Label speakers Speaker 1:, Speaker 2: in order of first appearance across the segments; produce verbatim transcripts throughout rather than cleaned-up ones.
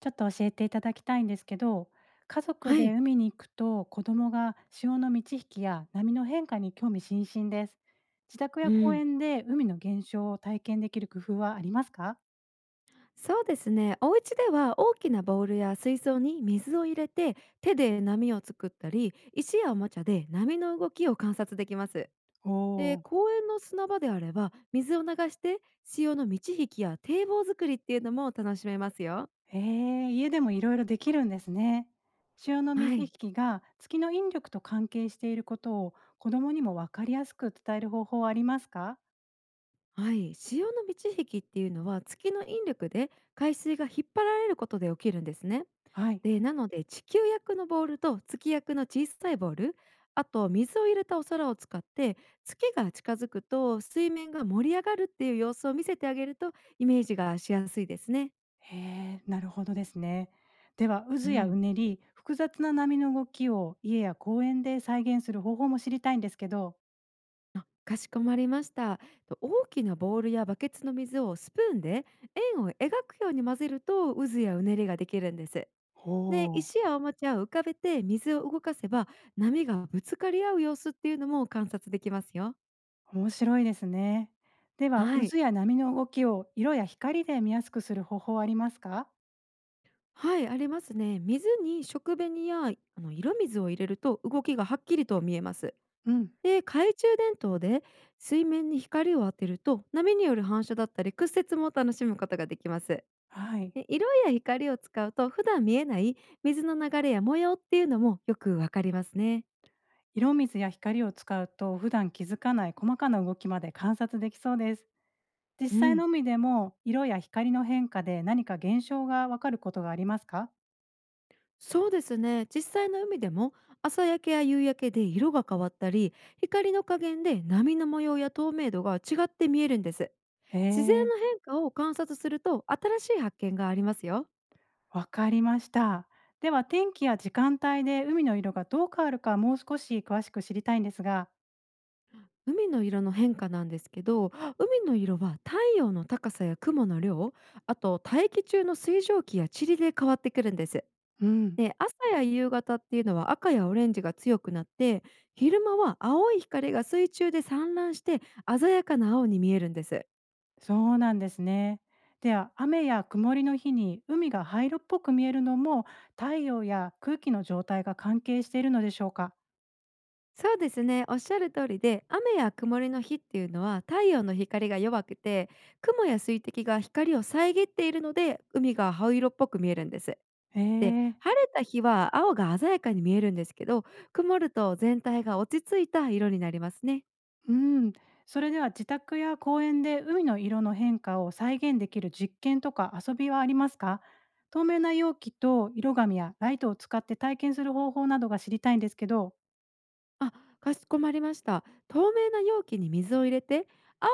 Speaker 1: ちょっと教えていただきたいんですけど、家族
Speaker 2: は
Speaker 1: で
Speaker 2: い。
Speaker 1: 海に行くと子供が潮の満ち引きや波の変化に興味津々です。自宅
Speaker 2: う
Speaker 1: や公
Speaker 2: ん。
Speaker 1: 園で海の現象を体験できる工夫はありますか？
Speaker 2: そうですね。お家では大きなボウルや水槽に水を入れて、手で波を作ったり石やおもちゃで波の動きを観察できます。
Speaker 1: おお
Speaker 2: で、
Speaker 1: ー。
Speaker 2: 公園の砂場であれば水を流して、潮の満ち引きや堤防作りっていうのも楽しめますよ。
Speaker 1: えー、家でもいろいろできるんですね。潮の満
Speaker 2: は
Speaker 1: ち
Speaker 2: い。
Speaker 1: 引きが月の引力と関係していることを子供にも分かりやすく伝える方法はありますか？
Speaker 2: はい、潮の満ち引きっていうのは月の引力で海水が引っ張られることで起きるんですね。
Speaker 1: はい。
Speaker 2: でなので、地球役のボールと月役の小さいボール、あと水を入れたお皿を使って、月が近づくと水面が盛り上がるっていう様子を見せてあげると、イメージがしやすいですね。
Speaker 1: へえ、なるほどですね。では、
Speaker 2: う
Speaker 1: 渦やう
Speaker 2: ん、
Speaker 1: ねり、複雑な波の動きを家や公園で再現する方法も知りたいんですけど、
Speaker 2: あ、かしこまりました。と、大きなボールやバケツの水をスプーンで円を描くように混ぜると、渦やうねりができるんです。で、
Speaker 1: ほう。
Speaker 2: 石やおもちゃを浮かべて水を動かせば、波がぶつかり合う様子っていうのも観察できますよ。
Speaker 1: 面白いですね。では、
Speaker 2: はい。
Speaker 1: 渦や波の動きを色や光で見やすくする方法はありますか？
Speaker 2: はい、ありますね。水に食紅やあの色水を入れると動きがはっきりと見えます。
Speaker 1: うん。
Speaker 2: で、懐中電灯で水面に光を当てると、波による反射だったり屈折も楽しむことができます。
Speaker 1: はい。
Speaker 2: で、色や光を使うと普段見えない水の流れや模様っていうのもよくわかりますね。
Speaker 1: 色水や光を使うと、普段気づかない細かな動きまで観察できそうです。実
Speaker 2: う
Speaker 1: 際
Speaker 2: ん。
Speaker 1: の海でも、色や光の変化で何か現象がわかることがありますか？
Speaker 2: そうですね、実際の海でも朝焼けや夕焼けで色が変わったり、光の加減で波の模様や透明度が違って見えるんです。
Speaker 1: へ
Speaker 2: 自然
Speaker 1: え。
Speaker 2: の変化を観察すると新しい発見がありますよ。
Speaker 1: わかりました。では天気や時間帯で海の色がどう変わるかもう少し詳しく知りたいんですが。
Speaker 2: 海の色の変化なんですけど、海の色は太陽の高さや雲の量、あと大気中の水蒸気や塵で変わってくるんです。
Speaker 1: うん、
Speaker 2: で、朝や夕方っていうのは赤やオレンジが強くなって、昼間は青い光が水中で散乱して鮮やかな青に見えるんです。
Speaker 1: そうなんですね。では雨や曇りの日に海が灰色っぽく見えるのも太陽や空気の状態が関係しているのでしょうか。
Speaker 2: そうですね。おっしゃる通りで、雨や曇りの日っていうのは太陽の光が弱くて、雲や水滴が光を遮っているので、海が灰色っぽく見えるんです。
Speaker 1: へ
Speaker 2: で、
Speaker 1: え。
Speaker 2: 晴れた日は青が鮮やかに見えるんですけど、曇ると全体が落ち着いた色になりますね。
Speaker 1: うん。それでは自宅や公園で海の色の変化を再現できる実験とか遊びはありますか？透明な容器と色紙やライトを使って体験する方法などが知りたいんですけど。
Speaker 2: あ、かしこまりました。透明な容器に水を入れて、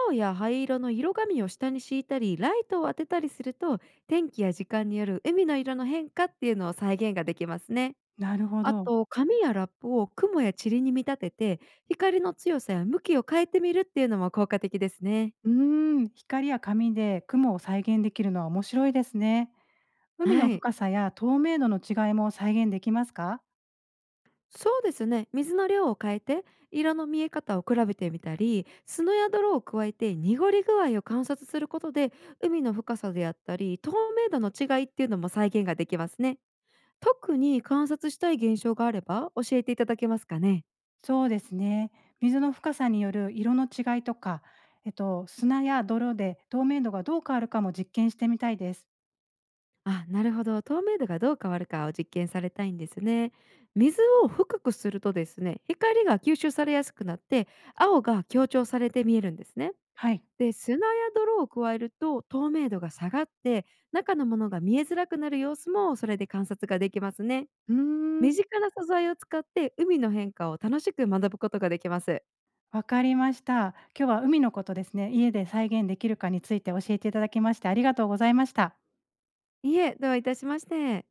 Speaker 2: 青や灰色の色紙を下に敷いたり、ライトを当てたりすると、天気や時間による海の色の変化っていうのを再現ができますね。
Speaker 1: なるほ
Speaker 2: あ
Speaker 1: ど。
Speaker 2: と、紙やラップを雲や塵に見立てて、光の強さや向きを変えてみるっていうのも効果的ですね。
Speaker 1: うーん、光や紙で雲を再現できるのは面白いですね。海の
Speaker 2: はい。
Speaker 1: 深さや透明度の違いも再現できますか？
Speaker 2: そうですね。水の量を変えて、色の見え方を比べてみたり、砂や泥を加えて濁り具合を観察することで、海の深さであったり、透明度の違いっていうのも再現ができますね。特に観察したい現象があれば教えていただけますかね。
Speaker 1: そうですね。水の深さによる色の違いとか、えっと、砂や泥で透明度がどう変わるかも実験してみたいです。
Speaker 2: あ、なるほど。透明度がどう変わるかを実験されたいんですね。水を深くするとですね、光が吸収されやすくなって、青が強調されて見えるんですね。
Speaker 1: はい。
Speaker 2: で、砂や泥を加えると透明度が下がって、中のものが見えづらくなる様子もそれで観察ができますね。
Speaker 1: うー
Speaker 2: 身
Speaker 1: ん、
Speaker 2: 近な素材を使って海の変化を楽しく学ぶことができます。
Speaker 1: わかりました。今日は海のことですね、家で再現できるかについて教えていただきましてありがとうございました。
Speaker 2: いえ、どういたしまして。